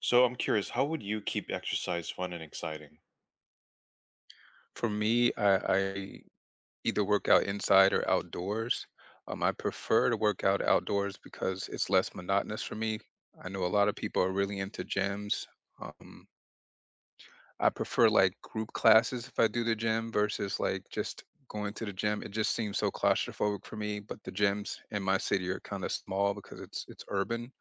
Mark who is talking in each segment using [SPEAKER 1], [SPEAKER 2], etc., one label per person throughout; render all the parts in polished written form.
[SPEAKER 1] So I'm curious, how would you keep exercise fun and exciting?
[SPEAKER 2] For me, I either work out inside or outdoors. I prefer to work out outdoors because it's less monotonous for me. I know a lot of people are really into gyms. Um, I prefer like group classes if I do the gym versus like just going to the gym. It just seems so claustrophobic for me. But the gyms in my city are kind of small because it's urban.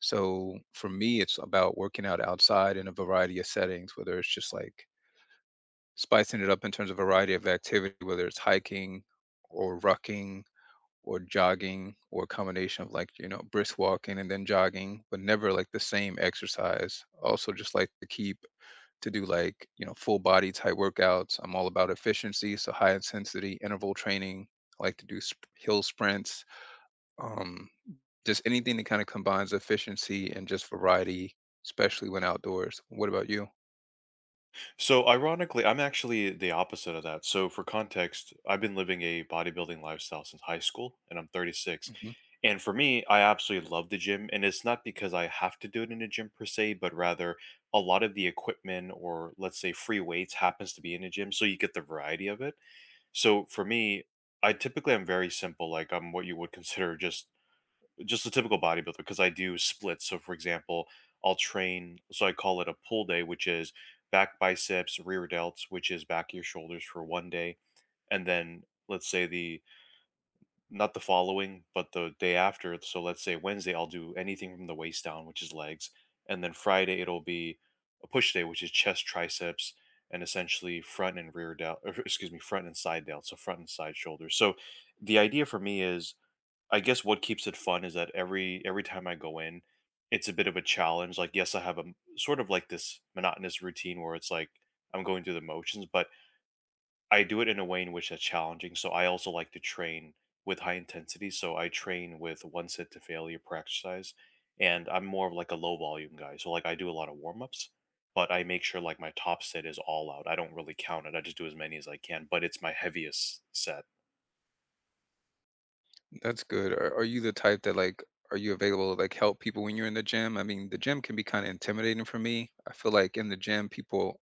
[SPEAKER 2] So for me, it's about working out outside in a variety of settings, whether it's just like spicing it up in terms of variety of activity, whether it's hiking or rucking or jogging or a combination of like, you know, brisk walking and then jogging, but never like the same exercise. Also, just like to keep to do like, you know, full body type workouts. I'm all about efficiency. So, high intensity interval training. I like to do hill sprints. Um, just anything that kind of combines efficiency and just variety, especially when outdoors. What about you?
[SPEAKER 1] So ironically, I'm actually the opposite of that. So for context, I've been living a bodybuilding lifestyle since high school and I'm 36.
[SPEAKER 2] Mm-hmm.
[SPEAKER 1] And for me, I absolutely love the gym, and it's not because I have to do it in a gym per se, but rather a lot of the equipment, or let's say free weights, happens to be in a gym, so you get the variety of it. So for me, I typically am very simple. Like, I'm what you would consider just a typical bodybuilder because I do splits. So, for example, I'll train, so I call it a pull day, which is back, biceps, rear delts, which is back of your shoulders, for one day. And then let's say not the following, but the day after. So, let's say Wednesday, I'll do anything from the waist down, which is legs. And then Friday, it'll be a push day, which is chest, triceps, and essentially front and rear delt, or excuse me, front and side delt. So, front and side shoulders. So, the idea for me is, I guess what keeps it fun is that every time I go in, it's a bit of a challenge. Like, yes, I have sort of like this monotonous routine where it's like I'm going through the motions, but I do it in a way in which it's challenging. So I also like to train with high intensity. So I train with one set to failure per exercise, and I'm more of like a low volume guy. So like, I do a lot of warm ups, but I make sure like my top set is all out. I don't really count it. I just do as many as I can, but it's my heaviest set.
[SPEAKER 2] That's good. Are you the type that like are you available to like help people when you're in the gym? I mean, the gym can be kind of intimidating for me. I feel like in the gym, people,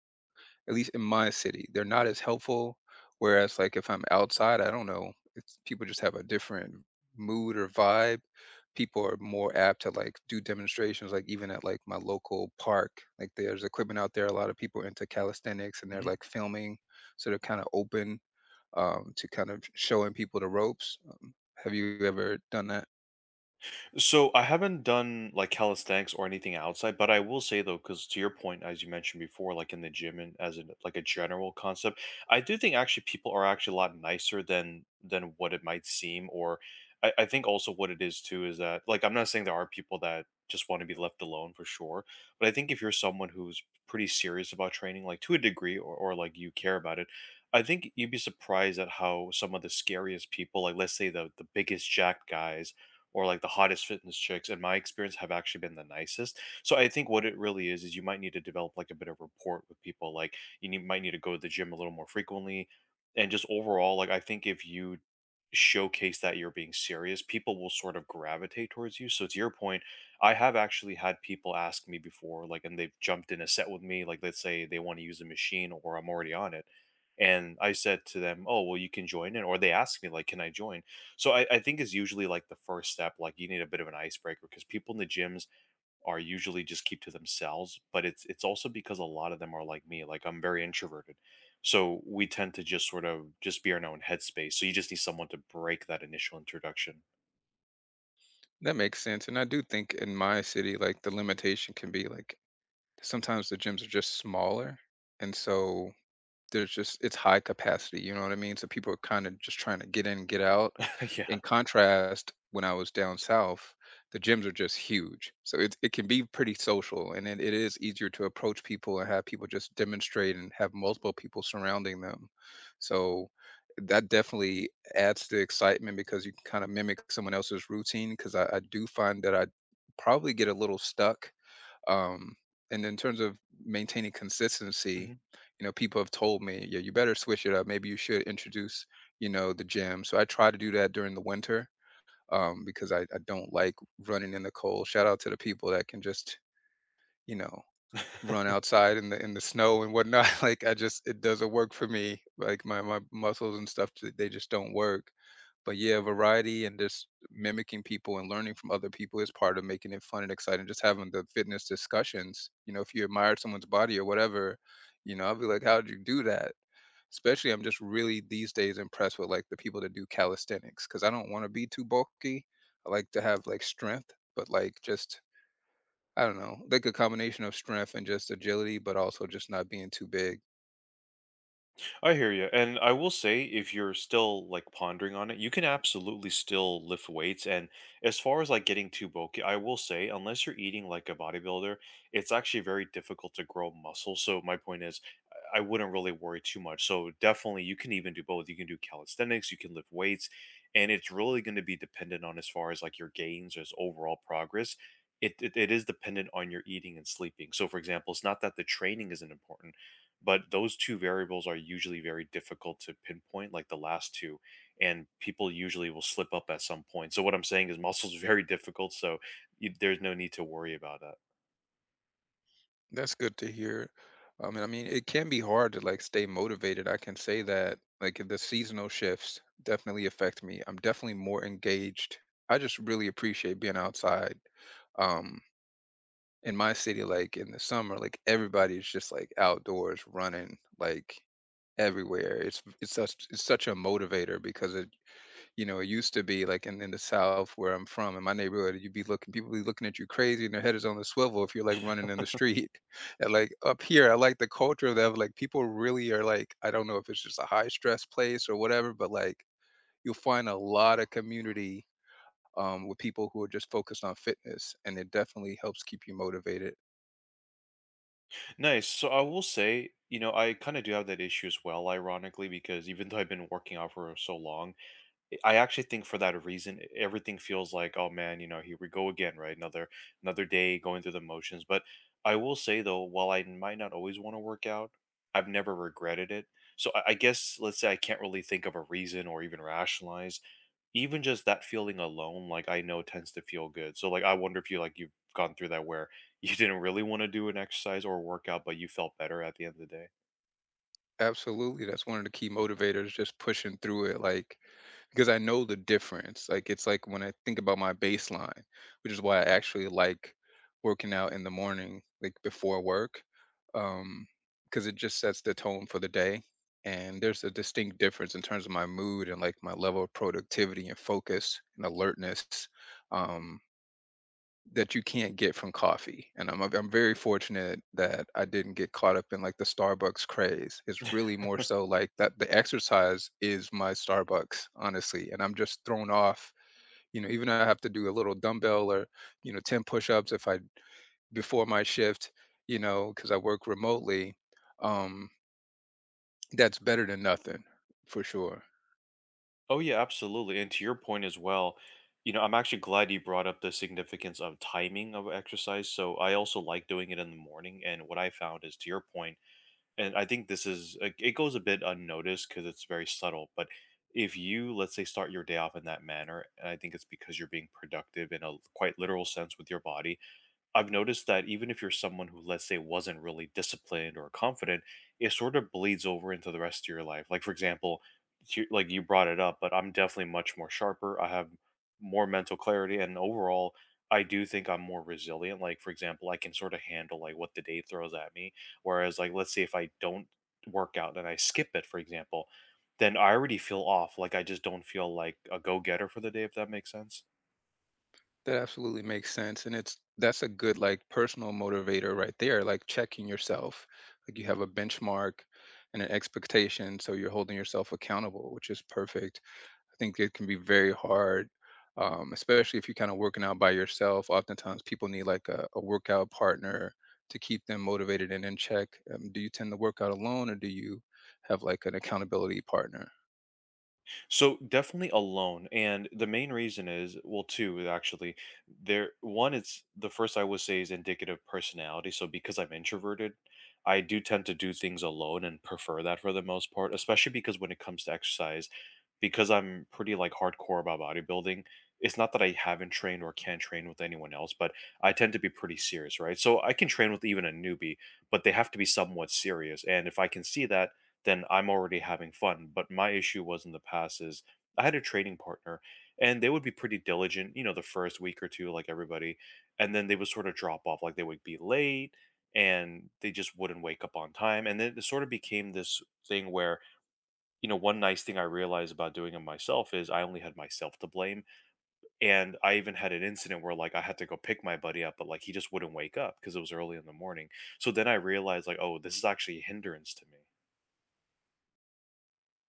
[SPEAKER 2] at least in my city, they're not as helpful. Whereas like if I'm outside, I don't know, it's people just have a different mood or vibe. People are more apt to like do demonstrations, like even at like my local park. Like there's equipment out there. A lot of people are into calisthenics and they're
[SPEAKER 1] Mm-hmm.
[SPEAKER 2] like filming, so they're kind of open to kind of showing people the ropes. Have you ever done that?
[SPEAKER 1] So I haven't done like calisthenics or anything outside, but I will say though, because to your point, as you mentioned before, like in the gym and as in like a general concept, I do think actually people are actually a lot nicer than what it might seem. Or I think also what it is too is that, like, I'm not saying there are people that just want to be left alone for sure, but I think if you're someone who's pretty serious about training, like to a degree, or like you care about it. I think you'd be surprised at how some of the scariest people, like let's say the biggest jack guys, or like the hottest fitness chicks in my experience have actually been the nicest. So I think what it really is you might need to develop like a bit of rapport with people. Like might need to go to the gym a little more frequently, and just overall, like, I think if you showcase that you're being serious, people will sort of gravitate towards you. So to your point, I have actually had people ask me before, like, and they've jumped in a set with me, like let's say they want to use a machine or I'm already on it, and I said to them, oh well, you can join in, or they asked me like, can I join. So I think is usually like the first step. Like, you need a bit of an icebreaker because people in the gyms are usually just keep to themselves. But it's also because a lot of them are like me. Like, I'm very introverted, so we tend to just sort of just be in our own headspace. So you just need someone to break that initial introduction.
[SPEAKER 2] That makes sense. And I do think in my city, like the limitation can be like sometimes the gyms are just smaller. And so there's just it's high capacity, you know what I mean? So people are kind of just trying to get in, get out. In
[SPEAKER 1] Yeah.
[SPEAKER 2] contrast, when I was down south, the gyms are just huge. So it can be pretty social and it is easier to approach people and have people just demonstrate and have multiple people surrounding them. So that definitely adds to the excitement because you can kind of mimic someone else's routine because I do find that I probably get a little stuck um, and in terms of maintaining consistency,
[SPEAKER 1] Mhm.
[SPEAKER 2] you know, people have told me, yeah, you better switch it up. Maybe you should introduce, you know, the gym. So I try to do that during the winter because I don't like running in the cold. Shout out to the people that can just, you know, run outside in the snow and whatnot. Like I just it doesn't work for me. Like my muscles and stuff, they just don't work. But yeah, variety and just mimicking people and learning from other people is part of making it fun and exciting. Just having the fitness discussions, you know, if you admire someone's body or whatever, you know, I'll be like, "How'd you do that?" Especially, I'm just really these days impressed with like the people that do calisthenics because I don't want to be too bulky. I like to have like strength, but like just I don't know, like a combination of strength and just agility, but also just not being too big.
[SPEAKER 1] I hear you. And I will say, if you're still like pondering on it, you can absolutely still lift weights. And as far as like getting too bulky, I will say, unless you're eating like a bodybuilder, it's actually very difficult to grow muscle. So my point is, I wouldn't really worry too much. So definitely, you can even do both. You can do calisthenics, you can lift weights, and it's really going to be dependent on as far as like your gains or as overall progress. It is dependent on your eating and sleeping. So, for example, it's not that the training isn't important, but those two variables are usually very difficult to pinpoint, like the last two, and people usually will slip up at some point. So what I'm saying is, muscles very difficult. So there's no need to worry about that.
[SPEAKER 2] That's good to hear. I mean, it can be hard to, like, stay motivated. I can say that, like, the seasonal shifts definitely affect me. I'm definitely more engaged. I just really appreciate being outside. Um, in my city, like, in the summer, like, everybody's just, like, outdoors running, like, everywhere. It's such a motivator because it you know, it used to be like in the South where I'm from, in my neighborhood, you'd be looking, people be looking at you crazy and their head is on the swivel if you're like running in the street. And like up here, I like the culture of that. Like people really are like, I don't know if it's just a high stress place or whatever, but like you'll find a lot of community with people who are just focused on fitness. And it definitely helps keep you motivated.
[SPEAKER 1] Nice. So I will say, you know, I kind of do have that issue as well, ironically, because even though I've been working out for so long, I actually think for that reason, everything feels like, oh man, you know, here we go again, right? Another day going through the motions. But I will say though, while I might not always want to work out, I've never regretted it. So I guess let's say I can't really think of a reason or even rationalize. Even just that feeling alone, like, I know tends to feel good. So like, I wonder if you, like, you've gone through that where you didn't really want to do an exercise or workout, but you felt better at the end of the day.
[SPEAKER 2] Absolutely. That's one of the key motivators, just pushing through it. Like, because I know the difference. Like it's like when I think about my baseline, which is why I actually like working out in the morning, like before work, um, because it just sets the tone for the day. And there's a distinct difference in terms of my mood and like my level of productivity and focus and alertness. Um, that you can't get from coffee, and I'm very fortunate that I didn't get caught up in, like, the Starbucks craze. It's really more so, like, that the exercise is my Starbucks, honestly, and I'm just thrown off, you know, even I have to do a little dumbbell or, you know, 10 push-ups if I before my shift, you know, because I work remotely, um, that's better than nothing, for sure.
[SPEAKER 1] Oh yeah, absolutely. And to your point as well, you know, I'm actually glad you brought up the significance of timing of exercise. So I also like doing it in the morning. And what I found is, to your point, and I think this is like, it goes a bit unnoticed because it's very subtle. But if you, let's say, start your day off in that manner, and I think it's because you're being productive in a quite literal sense with your body, I've noticed that even if you're someone who, let's say, wasn't really disciplined or confident, it sort of bleeds over into the rest of your life. Like, for example, like you brought it up, but I'm definitely much more sharper. I have more mental clarity, and overall, I do think I'm more resilient. Like, for example, I can sort of handle like what the day throws at me. Whereas, like, let's say if I don't work out and I skip it, for example, then I already feel off. Like, I just don't feel like a go getter for the day, if that makes sense.
[SPEAKER 2] That absolutely makes sense. And it's that's a good like personal motivator right there, like checking yourself. Like you have a benchmark and an expectation, so you're holding yourself accountable, which is perfect. I think it can be very hard, especially if you're kind of working out by yourself. Oftentimes people need like a workout partner to keep them motivated and in check. Do you tend to work out alone or do you have like an accountability partner?
[SPEAKER 1] So definitely alone, and the main reason is, well, two is actually. There, one, it's the first I would say is indicative personality. So because I'm introverted, I do tend to do things alone and prefer that for the most part, especially because when it comes to exercise, because I'm pretty like hardcore about bodybuilding. It's not that I haven't trained or can't train with anyone else, but I tend to be pretty serious, right? So I can train with even a newbie, but they have to be somewhat serious. And if I can see that, then I'm already having fun. But my issue was in the past is, I had a trading partner and they would be pretty diligent, you know, the first week or two, like everybody. And then they would sort of drop off, like they would be late and they just wouldn't wake up on time. And then it sort of became this thing where, you know, one nice thing I realized about doing it myself is I only had myself to blame. And I even had an incident where like I had to go pick my buddy up, but like he just wouldn't wake up because it was early in the morning. So then I realized like, oh, this is actually a hindrance to me.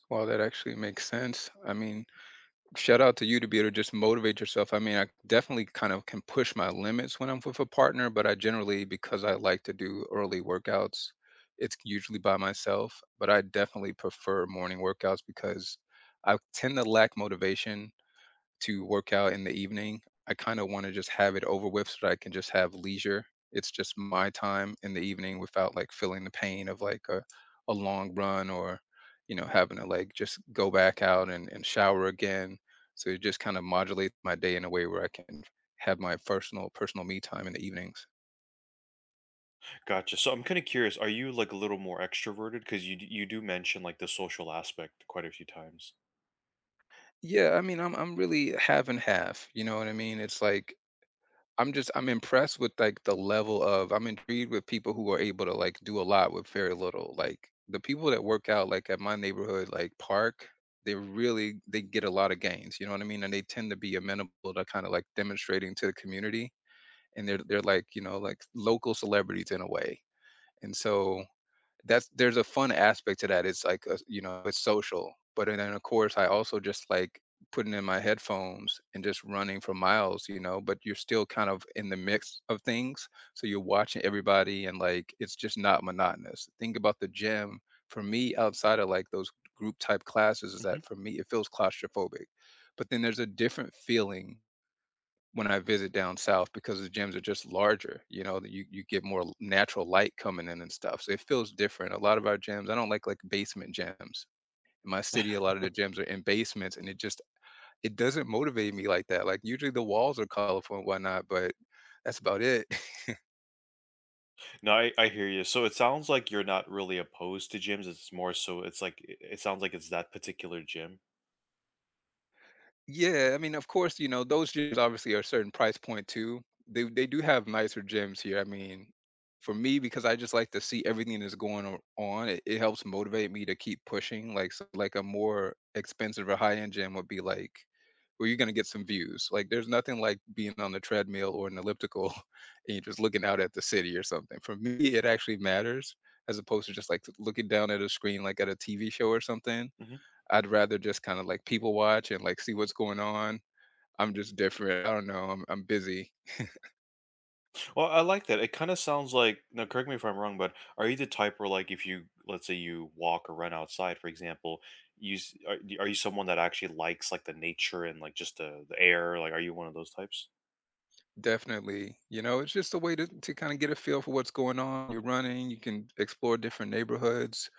[SPEAKER 2] Well, that actually makes sense. I mean, shout out to you to be able to just motivate yourself. I mean, I definitely kind of can push my limits when I'm with a partner, but I generally, because I like to do early workouts, it's usually by myself. But I definitely prefer morning workouts because I tend to lack motivation to work out in the evening. I kind of want to just have it over with so that I can just have leisure. It's just my time in the evening without like feeling the pain of like a long run or, you know, having to like just go back out and shower again. So it just kind of modulates my day in a way where I can have my personal me time in the evenings.
[SPEAKER 1] Gotcha. So I'm kind of curious, are you like a little more extroverted? Because you do mention like the social aspect quite a few times.
[SPEAKER 2] Yeah, I mean, I'm really half and half. You know what I mean? It's like I'm just I'm impressed with, like, the level of I'm intrigued with people who are able to, like, do a lot with very little, like, the people that work out, like, at my neighborhood, like, park, they really they get a lot of gains, you know what I mean? And they tend to be amenable to kinda, like, demonstrating to the community, and they're, like, you know, like, local celebrities in a way, and so that's there's a fun aspect to that. It's like a, you know, it's social. But then of course I also just like putting in my headphones and just running for miles, you know, but you're still kind of in the mix of things. So you're watching everybody and like it's just not monotonous. Think about the gym. For me, outside of like those group type classes, is
[SPEAKER 1] Mhm.
[SPEAKER 2] that for me it feels claustrophobic. But then there's a different feeling when I visit down south because the gyms are just larger, you know, you get more natural light coming in and stuff. So it feels different. A lot of our gyms, I don't like basement gyms. In my city, a lot of the gyms are in basements and it just it doesn't motivate me like that. Like usually the walls are colorful and whatnot, but that's about it.
[SPEAKER 1] No, I hear you. So it sounds like you're not really opposed to gyms. It's more so, it's like, it sounds like it's that particular gym.
[SPEAKER 2] Yeah, I mean, of course, you know, those gyms obviously are a certain price point too. They do have nicer gyms here. I mean, for me, because I just like to see everything that's going on, it helps motivate me to keep pushing. Like so, like a more expensive or high-end gym would be like where you're gonna get some views. Like there's nothing like being on the treadmill or an elliptical and you're just looking out at the city or something. For me, it actually matters as opposed to just like looking down at a screen like at a TV show or something.
[SPEAKER 1] Hmm.
[SPEAKER 2] I'd rather just kinda, like, people watch and, like, see what's going on. I'm just different. I don't know. I'm busy.
[SPEAKER 1] Well, I like that. It kind of sounds like now. Correct me if I'm wrong, but are you the type where like if you let's say you walk or run outside, for example, you s- are, y- are you someone that actually likes like the nature and like just the air? Like, are you one of those types?
[SPEAKER 2] Definitely, you know, it's just a way to kinda get a feel for what's going on. You're running, you can explore different neighborhoods,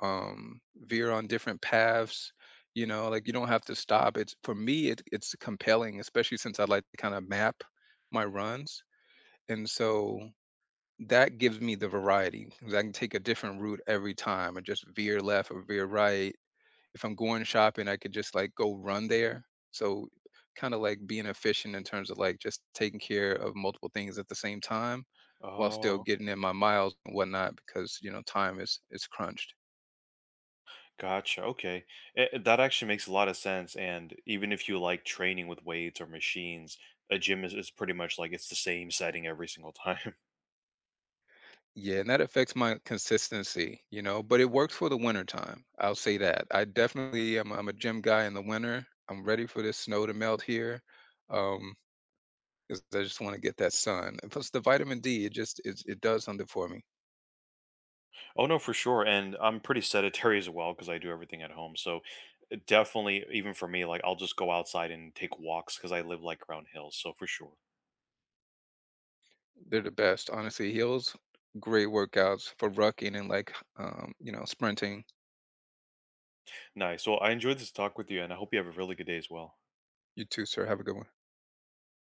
[SPEAKER 2] veer on different paths, you know, like, you don't have to stop. It's for me, it's compelling, especially since I like to kinda map my runs, and so that gives me the variety because I can take a different route every time and just veer left or veer right if I'm going shopping, I could just like go run there. So kind of like being efficient in terms of like just taking care of multiple things at the same time while still
[SPEAKER 1] Oh.
[SPEAKER 2] getting in my miles and whatnot because you know time is crunched.
[SPEAKER 1] Gotcha. Okay. That actually makes a lot of sense. And even if you like training with weights or machines, a gym is pretty much like it's the same setting every single time.
[SPEAKER 2] Yeah, and that affects my consistency, you know, but it works for the winter time. I'll say that. I definitely am I'm a gym guy in the winter. I'm ready for this snow to melt here. Um 'Cause I just want to get that sun. And plus the vitamin D, it just it does something for me.
[SPEAKER 1] Oh, no, for sure. And I'm pretty sedentary as well because I do everything at home. So definitely, even for me, like I'll just go outside and take walks because I live like around hills. So for sure.
[SPEAKER 2] They're the best, honestly. Heels, great workouts for rucking and like, you know, sprinting.
[SPEAKER 1] Nice. Well, I enjoyed this talk with you and I hope you have a really good day as well.
[SPEAKER 2] You too, sir. Have a good one.